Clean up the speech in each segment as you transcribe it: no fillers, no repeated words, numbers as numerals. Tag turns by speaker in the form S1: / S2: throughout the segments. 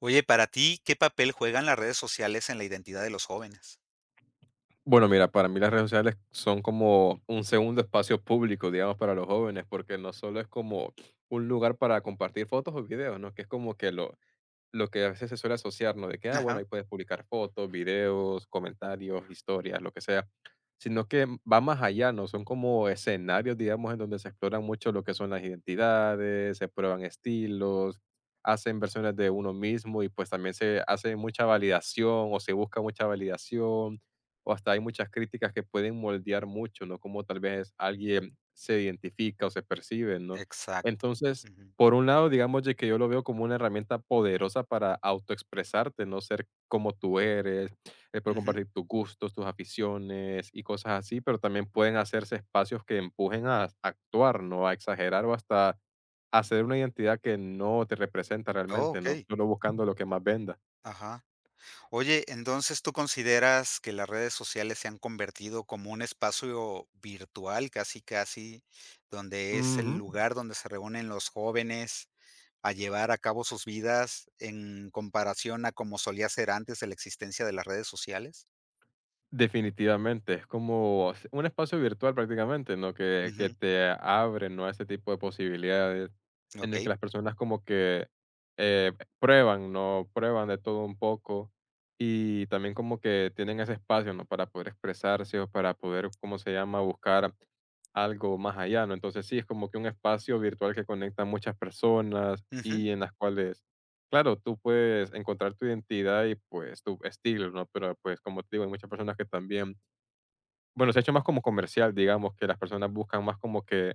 S1: Oye, para ti, ¿qué papel juegan las redes sociales en la identidad de los jóvenes?
S2: Bueno, mira, para mí las redes sociales son como un segundo espacio público, digamos, para los jóvenes, porque no solo es como un lugar para compartir fotos o videos, ¿no? Que es como que lo que a veces se suele asociar, ¿no? De que, bueno,
S1: Ajá,
S2: ahí puedes publicar fotos, videos, comentarios, historias, lo que sea. Sino que va más allá, ¿no? Son como escenarios, digamos, en donde se exploran mucho lo que son las identidades, se prueban estilos, hacen versiones de uno mismo y pues también se hace mucha validación o se busca mucha validación o hasta hay muchas críticas que pueden moldear mucho, ¿no? Como tal vez alguien se identifica o se percibe, ¿no?
S1: exacto.
S2: Entonces,
S1: Ujú,
S2: por un lado, digamos de que yo lo veo como una herramienta poderosa para autoexpresarte, no ser como tú eres, poder
S1: ujú.
S2: compartir tus gustos, tus aficiones y cosas así, pero también pueden hacerse espacios que empujen a actuar, ¿no? A exagerar o hasta hacer una identidad que no te representa
S1: Oh,
S2: realmente, no
S1: okey,
S2: solo buscando lo que más venda.
S1: ajá. Oye, entonces, ¿tú consideras que las redes sociales se han convertido como un espacio virtual, casi, casi, donde es el lugar donde se reúnen los jóvenes a llevar a cabo sus vidas en comparación a como solía ser antes de la existencia de las redes sociales?
S2: Definitivamente, es como un espacio virtual prácticamente, ¿no? Que
S1: Ujú,
S2: te abre, ¿no? a ese tipo de posibilidades en el que
S1: okey.
S2: las personas como que eh, prueban, ¿no? Prueban de todo un poco y también como que tienen ese espacio, ¿no? Para poder expresarse o para poder, ¿cómo se llama? Buscar algo más allá, ¿no? Entonces sí, es como que un espacio virtual que conecta a muchas personas
S1: Ujú.
S2: y en las cuales. Claro, tú puedes encontrar tu identidad y, pues, tu estilo, ¿no? Pero, pues, como te digo, hay muchas personas que también, bueno, se ha hecho más como comercial, digamos, que las personas buscan más como que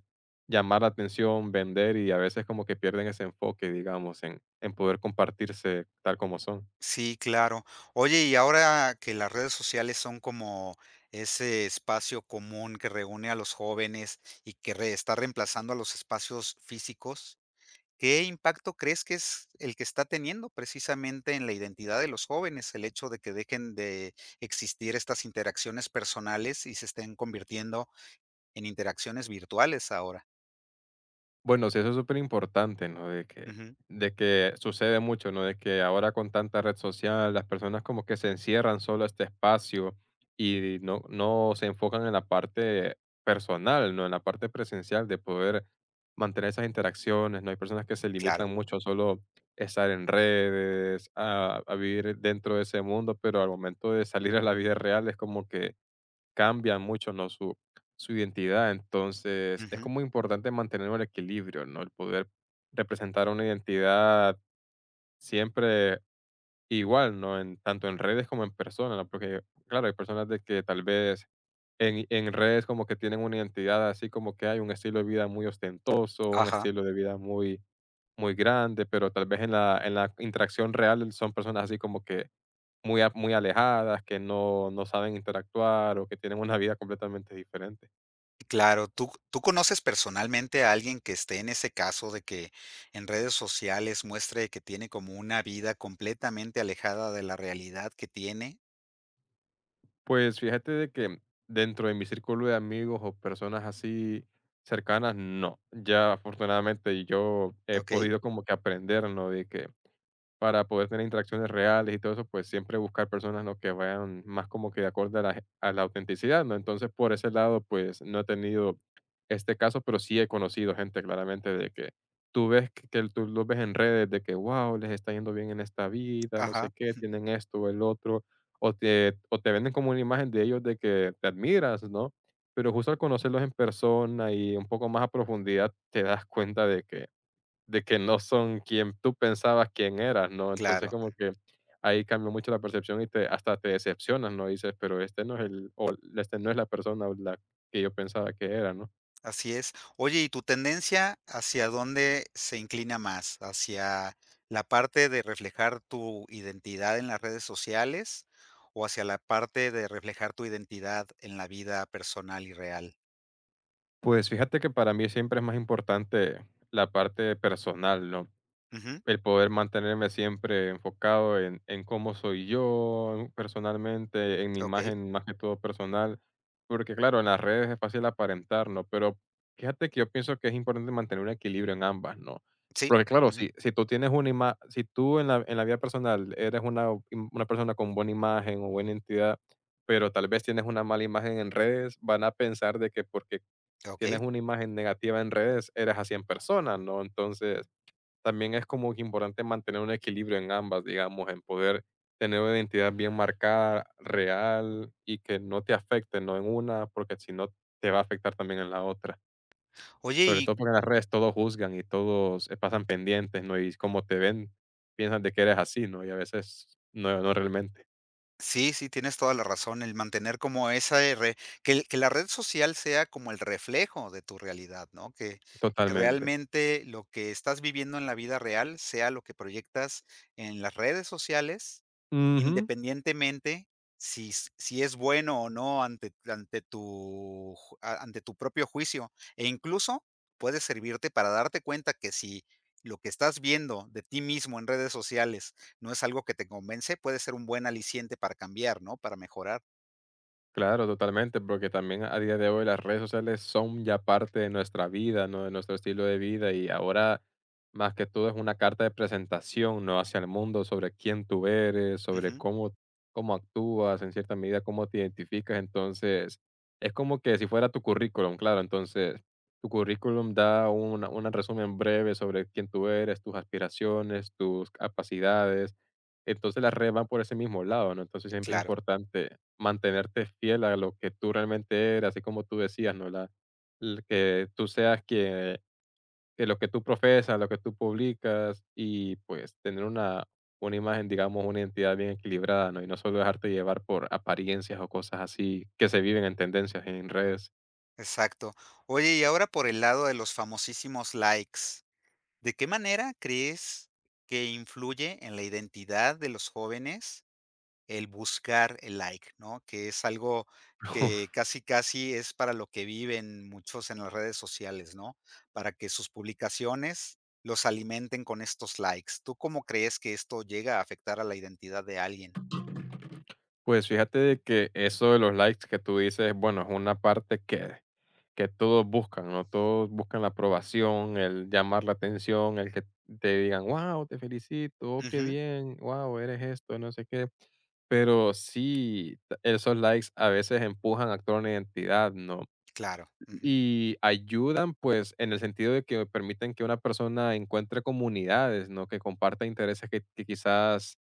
S2: llamar la atención, vender y a veces como que pierden ese enfoque, digamos, en poder compartirse tal como son.
S1: Sí, claro. Oye, y ahora que las redes sociales son como ese espacio común que reúne a los jóvenes y que está reemplazando a los espacios físicos, ¿qué impacto crees que es el que está teniendo precisamente en la identidad de los jóvenes el hecho de que dejen de existir estas interacciones personales y se estén convirtiendo en interacciones virtuales ahora?
S2: Bueno, sí, eso es súper importante, ¿no? De que,
S1: Ujú,
S2: de que sucede mucho, ¿no? De que ahora con tanta red social, las personas como que se encierran solo a este espacio y no se enfocan en la parte personal, ¿no? En la parte presencial de poder mantener esas interacciones, ¿no? Hay personas que se
S1: claro.
S2: limitan mucho a solo estar en redes, a vivir dentro de ese mundo, pero al momento de salir a la vida real es como que cambian mucho, ¿no? Su identidad. Entonces, es
S1: Ujú,
S2: como importante mantener un equilibrio, ¿no? El poder representar una identidad siempre igual, ¿no? Tanto en redes como en personas, ¿no? Porque, claro, hay personas de que tal vez en redes como que tienen una identidad así como que hay un estilo de vida muy ostentoso, un
S1: ajá.
S2: estilo de vida muy, muy grande, pero tal vez en la interacción real son personas así como que muy alejadas, que no saben interactuar o que tienen una vida completamente diferente.
S1: Claro, ¿tú conoces personalmente a alguien que esté en ese caso de que en redes sociales muestre que tiene como una vida completamente alejada de la realidad que tiene?
S2: Pues fíjate de que dentro de mi círculo de amigos o personas así cercanas, no. Ya afortunadamente yo he
S1: ¿Ok?
S2: podido como que aprender, ¿no? De que Para poder tener interacciones reales y todo eso, pues siempre buscar personas, ¿no?, que vayan más como que de acuerdo a la autenticidad, ¿no? Entonces, por ese lado, pues no he tenido este caso, pero sí he conocido gente claramente de que tú ves que tú los ves en redes de que, wow, les está yendo bien en esta vida, no sé
S1: Ajá,
S2: qué, tienen esto o el otro, o te venden como una imagen de ellos de que te admiras, ¿no? Pero justo al conocerlos en persona y un poco más a profundidad, te das cuenta de que no son quien tú pensabas quién eras, ¿no? Entonces,
S1: claro,
S2: como que ahí cambió mucho la percepción y te hasta te decepcionas, ¿no? Dices, pero este no es el o este no es la persona o la que yo pensaba que era, ¿no?
S1: así es. Oye, ¿y tu tendencia hacia dónde se inclina más? ¿Hacia la parte de reflejar tu identidad en las redes sociales o hacia la parte de reflejar tu identidad en la vida personal y real?
S2: Pues fíjate que para mí siempre es más importante la parte personal, ¿no?
S1: Ujú,
S2: El poder mantenerme siempre enfocado en cómo soy yo personalmente, en mi
S1: okey,
S2: imagen, más que todo personal, porque claro, en las redes es fácil aparentar, ¿no? Pero fíjate que yo pienso que es importante mantener un equilibrio en ambas, ¿no?
S1: sí,
S2: Porque claro,
S1: ujú,
S2: si si tú tienes una ima si tú en la vida personal eres una persona con buena imagen o buena entidad, pero tal vez tienes una mala imagen en redes, van a pensar de que porque tienes
S1: okey.
S2: una imagen negativa en redes, eres así en persona, ¿no? Entonces también es como que importante mantener un equilibrio en ambas, digamos, en poder tener una identidad bien marcada, real y que no te afecte, no en una, porque si no te va a afectar también en la otra.
S1: Oye,
S2: Sobre
S1: ¿y
S2: todo porque en las redes todos juzgan y todos pasan pendientes, ¿no? Y como te ven, piensan de que eres así, ¿no? Y a veces no, no realmente.
S1: Sí, sí, tienes toda la razón, el mantener como esa re que el que la red social sea como el reflejo de tu realidad, ¿no? Que
S2: Totalmente.
S1: realmente lo que estás viviendo en la vida real sea lo que proyectas en las redes sociales.
S2: Ujú.
S1: Independientemente si s si es bueno o no ante tu ju a ante tu propio juicio, e incluso puede servirte para darte cuenta que si lo que estás viendo de ti mismo en redes sociales no es algo que te convence, puede ser un buen aliciente para cambiar, ¿no? Para mejorar.
S2: Claro, totalmente, porque también a día de hoy las redes sociales son ya parte de nuestra vida, ¿no? De nuestro estilo de vida y ahora más que todo es una carta de presentación, ¿no? Hacia el mundo sobre quién tú eres, sobre
S1: Ujú,
S2: cómo actúas, en cierta medida cómo te identificas. Entonces, es como que si fuera tu currículum, claro. Entonces, tu currículum da un resumen breve sobre quién tú eres, tus aspiraciones, tus capacidades. Entonces las redes van por ese mismo lado, ¿no? Entonces siempre es
S1: claro,
S2: importante mantenerte fiel a lo que tú realmente eres, así como tú decías, ¿no? La el que tú seas quien que lo que tú profesas, lo que tú publicas y, pues, tener una imagen, digamos, una identidad bien equilibrada, ¿no? Y no solo dejarte llevar por apariencias o cosas así que se viven en tendencias en redes.
S1: exacto. Oye, y ahora por el lado de los famosísimos likes, ¿de qué manera crees que influye en la identidad de los jóvenes el buscar el like, ¿no? Que es algo que casi, casi es para lo que viven muchos en las redes sociales, ¿no? Para que sus publicaciones los alimenten con estos likes. ¿Tú cómo crees que esto llega a afectar a la identidad de alguien?
S2: Pues fíjate de que eso de los likes que tú dices, bueno, es una parte que todos buscan, ¿no? Todos buscan la aprobación, el llamar la atención, el que te digan, wow, te felicito, oh, qué
S1: Ujú,
S2: bien, wow, eres esto, no sé qué. Pero sí, esos likes a veces empujan a actuar una identidad, ¿no?
S1: claro. Ujú.
S2: Y ayudan, pues, en el sentido de que permiten que una persona encuentre comunidades, ¿no? Que comparta intereses que quizás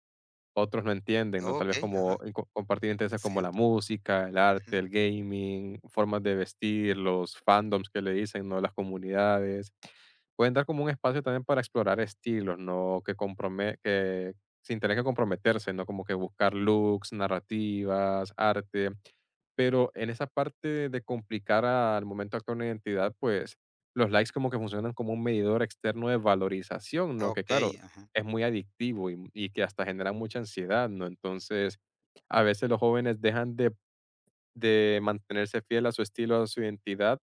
S2: otros no entienden, ¿no? Tal vez
S1: Okey,
S2: como
S1: ajá,
S2: en co compartir intereses como la
S1: cierto.
S2: música, el arte,
S1: Ujú.
S2: el gaming, formas de vestir, los fandoms que le dicen, ¿no? Las comunidades. Pueden dar como un espacio también para explorar estilos, ¿no? Que sin tener que comprometerse, ¿no? Como que buscar looks, narrativas, arte. Pero en esa parte de complicar al momento de actuar una identidad, pues, los likes como que funcionan como un medidor externo de valorización, ¿no? Que claro,
S1: Okey, ajá.
S2: es muy adictivo y que hasta genera mucha ansiedad, ¿no? Entonces, a veces los jóvenes dejan de mantenerse fiel a su estilo, a su identidad,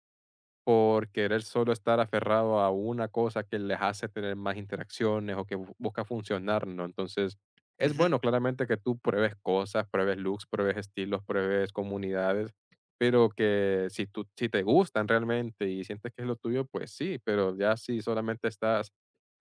S2: por querer solo estar aferrado a una cosa que les hace tener más interacciones o que busca funcionar, ¿no? Entonces, es
S1: Ujú.
S2: bueno claramente que tú pruebes cosas, pruebes looks, pruebes estilos, pruebes comunidades, pero que si te gustan realmente y sientes que es lo tuyo, pues sí, pero ya si solamente estás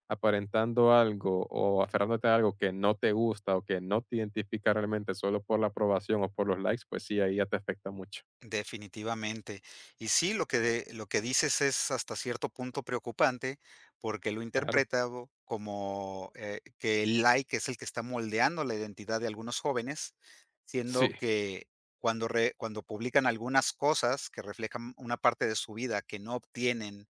S2: aparentando algo o aferrándote a algo que no te gusta o que no te identifica realmente solo por la aprobación o por los likes, pues sí, ahí ya te afecta mucho.
S1: Definitivamente. Y sí, lo que de lo que dices es hasta cierto punto preocupante, porque lo he
S2: Claro.
S1: interpretado como, que el like es el que está moldeando la identidad de algunos jóvenes, siendo
S2: Sí.
S1: que cuando publican algunas cosas que reflejan una parte de su vida que no obtienen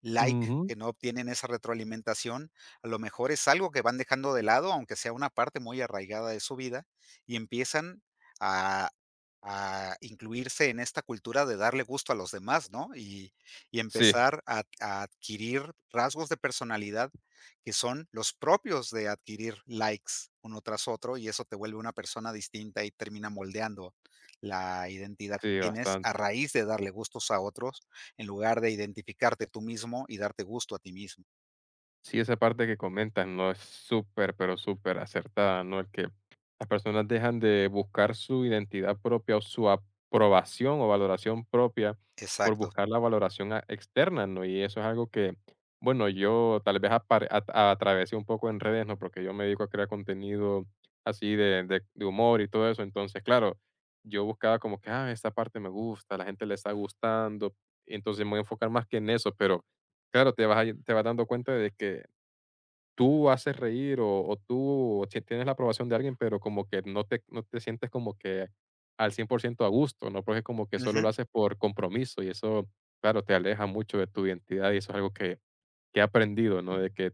S1: like,
S2: Ujú.
S1: que no obtienen esa retroalimentación, a lo mejor es algo que van dejando de lado, aunque sea una parte muy arraigada de su vida, y empiezan a a incluirse en esta cultura de darle gusto a los demás, ¿no? Y
S2: Sí,
S1: empezar a adquirir rasgos de personalidad que son los propios de adquirir likes uno tras otro y eso te vuelve una persona distinta y termina moldeando la identidad que
S2: sí,
S1: tienes a
S2: bastante.
S1: raíz de darle gustos a otros en lugar de identificarte tú mismo y darte gusto a ti mismo.
S2: Sí, esa parte que comentas no es súper, pero súper acertada, ¿no? El que las personas dejan de buscar su identidad propia o su aprobación o valoración propia por
S1: Exacto.
S2: buscar la valoración externa, ¿no? Y eso es algo que, bueno, yo tal vez atravesé un poco en redes, ¿no? Porque yo me dedico a crear contenido así de humor y todo eso. Entonces, claro, yo buscaba como que, esta parte me gusta, la gente le está gustando. Entonces me voy a enfocar más que en eso, pero claro, te vas dando cuenta de que tú haces reír o si tienes la aprobación de alguien, pero como que no te sientes como que al 100% a gusto, ¿no? Porque como que solo lo
S1: Ujú.
S2: haces por compromiso y eso, claro, te aleja mucho de tu identidad y eso es algo que he aprendido, ¿no? De que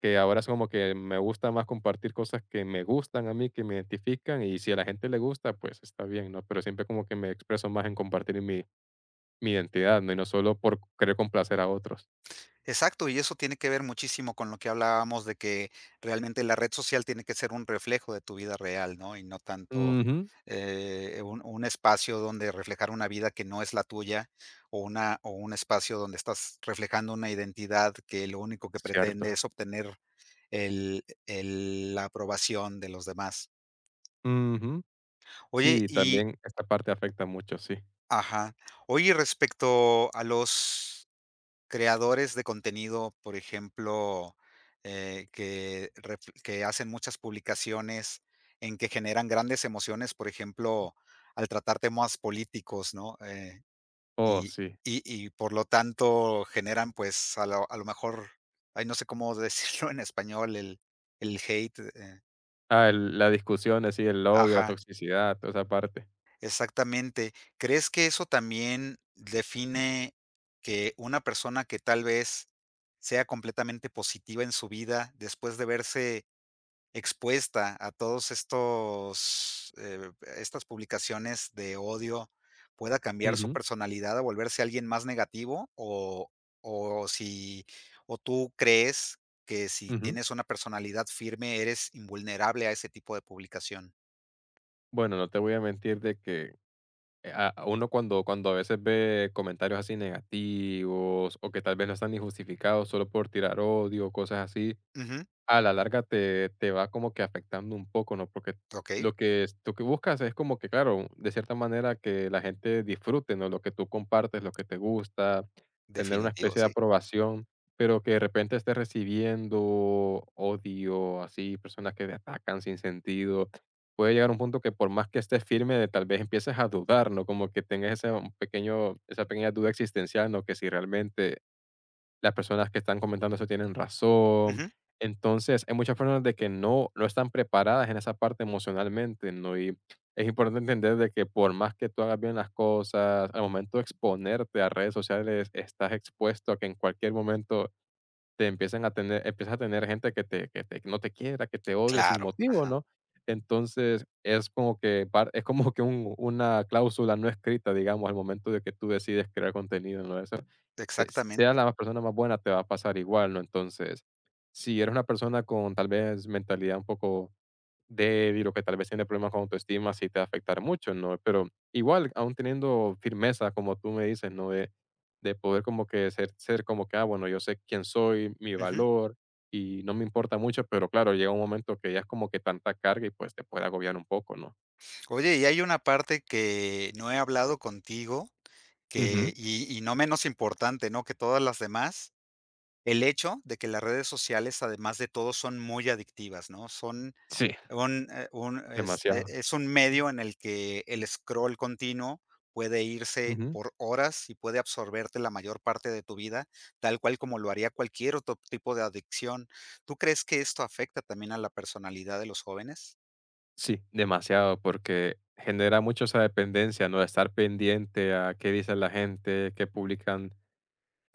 S2: que ahora es como que me gusta más compartir cosas que me gustan a mí, que me identifican, y si a la gente le gusta, pues está bien, ¿no? Pero siempre como que me expreso más en compartir mi identidad, ¿no? Y no solo por querer complacer a otros.
S1: Exacto, y eso tiene que ver muchísimo con lo que hablábamos de que realmente la red social tiene que ser un reflejo de tu vida real, ¿no? Y no tanto
S2: Ujú.
S1: un espacio donde reflejar una vida que no es la tuya o, una, o un espacio donde estás reflejando una identidad que lo único que pretende
S2: Cierto.
S1: es obtener el, la aprobación de los demás.
S2: Ujú.
S1: Oye,
S2: Sí,
S1: y,
S2: también esta parte afecta mucho, sí.
S1: ajá, oye, y respecto a los creadores de contenido, por ejemplo, que refl que hacen muchas publicaciones en que generan grandes emociones, por ejemplo, al tratar temas políticos, ¿no?
S2: Oh,
S1: Y
S2: sí.
S1: y por lo tanto generan, pues, a lo mejor, ay, no sé cómo decirlo en español, el hate,
S2: Ah, el la discusión, así, el odio, la
S1: ajá.
S2: toxicidad, toda esa parte.
S1: Exactamente. ¿Crees que eso también define que una persona que tal vez sea completamente positiva en su vida, después de verse expuesta a todos estos, estas publicaciones de odio, pueda cambiar su
S2: Ujú,
S1: personalidad a volverse alguien más negativo? O si, o tú crees que si
S2: ujú.
S1: tienes una personalidad firme, eres invulnerable a ese tipo de publicación.
S2: Bueno, no te voy a mentir de que, a uno cuando a veces ve comentarios así negativos, o que tal vez no están ni justificados solo por tirar odio, cosas así,
S1: Ujú,
S2: a la larga te va como que afectando un poco, ¿no? Porque
S1: ok,
S2: lo que es lo que buscas es como que, claro, de cierta manera que la gente disfrute, ¿no? Lo que tú compartes, lo que te gusta, tener una
S1: definitivo,
S2: especie de
S1: sí.
S2: aprobación, pero que de repente estés recibiendo odio, así, personas que te atacan sin sentido. Puede llegar un punto que por más que estés firme, tal vez empieces a dudar, ¿no? Como que tengas ese un pequeño esa pequeña duda existencial, ¿no? Que si realmente las personas que están comentando eso tienen razón.
S1: Ujú,
S2: Entonces, hay muchas personas de que no están preparadas en esa parte emocionalmente, ¿no? Y es importante entender de que por más que tú hagas bien las cosas, al momento de exponerte a redes sociales, estás expuesto a que en cualquier momento te empiezan a tener empiezas a tener gente que no te quiera, que te odie sin
S1: claro,
S2: motivo,
S1: ajá,
S2: ¿no? Entonces, es como que par es como que un una cláusula no escrita, digamos, al momento de que tú decides crear contenido, ¿no? Eso se sea
S1: exactamente.
S2: la persona más buena, te va a pasar igual, ¿no? Entonces, si eres una persona con, tal vez, mentalidad un poco de lo que tal vez tiene problemas con autoestima, sí te va a afectar mucho, ¿no? Pero igual, aún teniendo firmeza, como tú me dices, ¿no? De poder como que ser como que, bueno, yo sé quién soy, mi
S1: Ujú.
S2: valor, y no me importa mucho, pero claro, llega un momento que ya es como que tanta carga y pues te puede agobiar un poco, ¿no?
S1: Oye, y hay una parte que no he hablado contigo,
S2: Ujú.
S1: que y no menos importante, ¿no?, que todas las demás, el hecho de que las redes sociales, además de todo, son muy adictivas, ¿no? Son
S2: Sí,
S1: un,
S2: demasiado.
S1: este, es un medio en el que el scroll continuo puede irse
S2: Ujú.
S1: por horas y puede absorberte la mayor parte de tu vida, tal cual como lo haría cualquier otro tipo de adicción. ¿Tú crees que esto afecta también a la personalidad de los jóvenes?
S2: Sí, demasiado, porque genera mucho esa dependencia, ¿no? De estar pendiente a qué dice la gente, qué publican.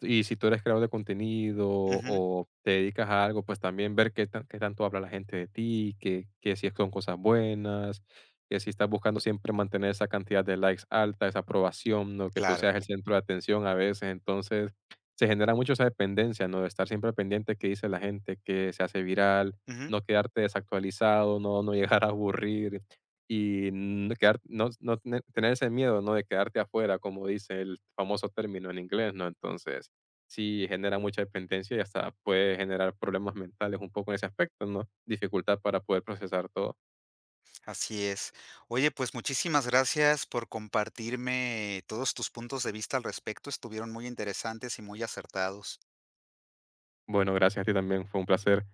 S2: Y si tú eres creador de contenido
S1: Ujú,
S2: o te dedicas a algo, pues también ver qué tanto habla la gente de ti, que si son cosas buenas, que si estás buscando siempre mantener esa cantidad de likes alta, esa aprobación, ¿no?, que tú
S1: claro.
S2: seas el centro de atención a veces. Entonces se genera mucho esa dependencia, ¿no?, de estar siempre pendiente qué dice la gente, que se hace viral,
S1: Ujú,
S2: no quedarte desactualizado, no, no llegar a aburrir y no tener ese miedo, ¿no? De quedarte afuera, como dice el famoso término en inglés, ¿no? Entonces, sí genera mucha dependencia y hasta puede generar problemas mentales un poco en ese aspecto, ¿no? Dificultad para poder procesar todo.
S1: así es. Oye, pues muchísimas gracias por compartirme todos tus puntos de vista al respecto. Estuvieron muy interesantes y muy acertados.
S2: Bueno, gracias a ti también, fue un placer.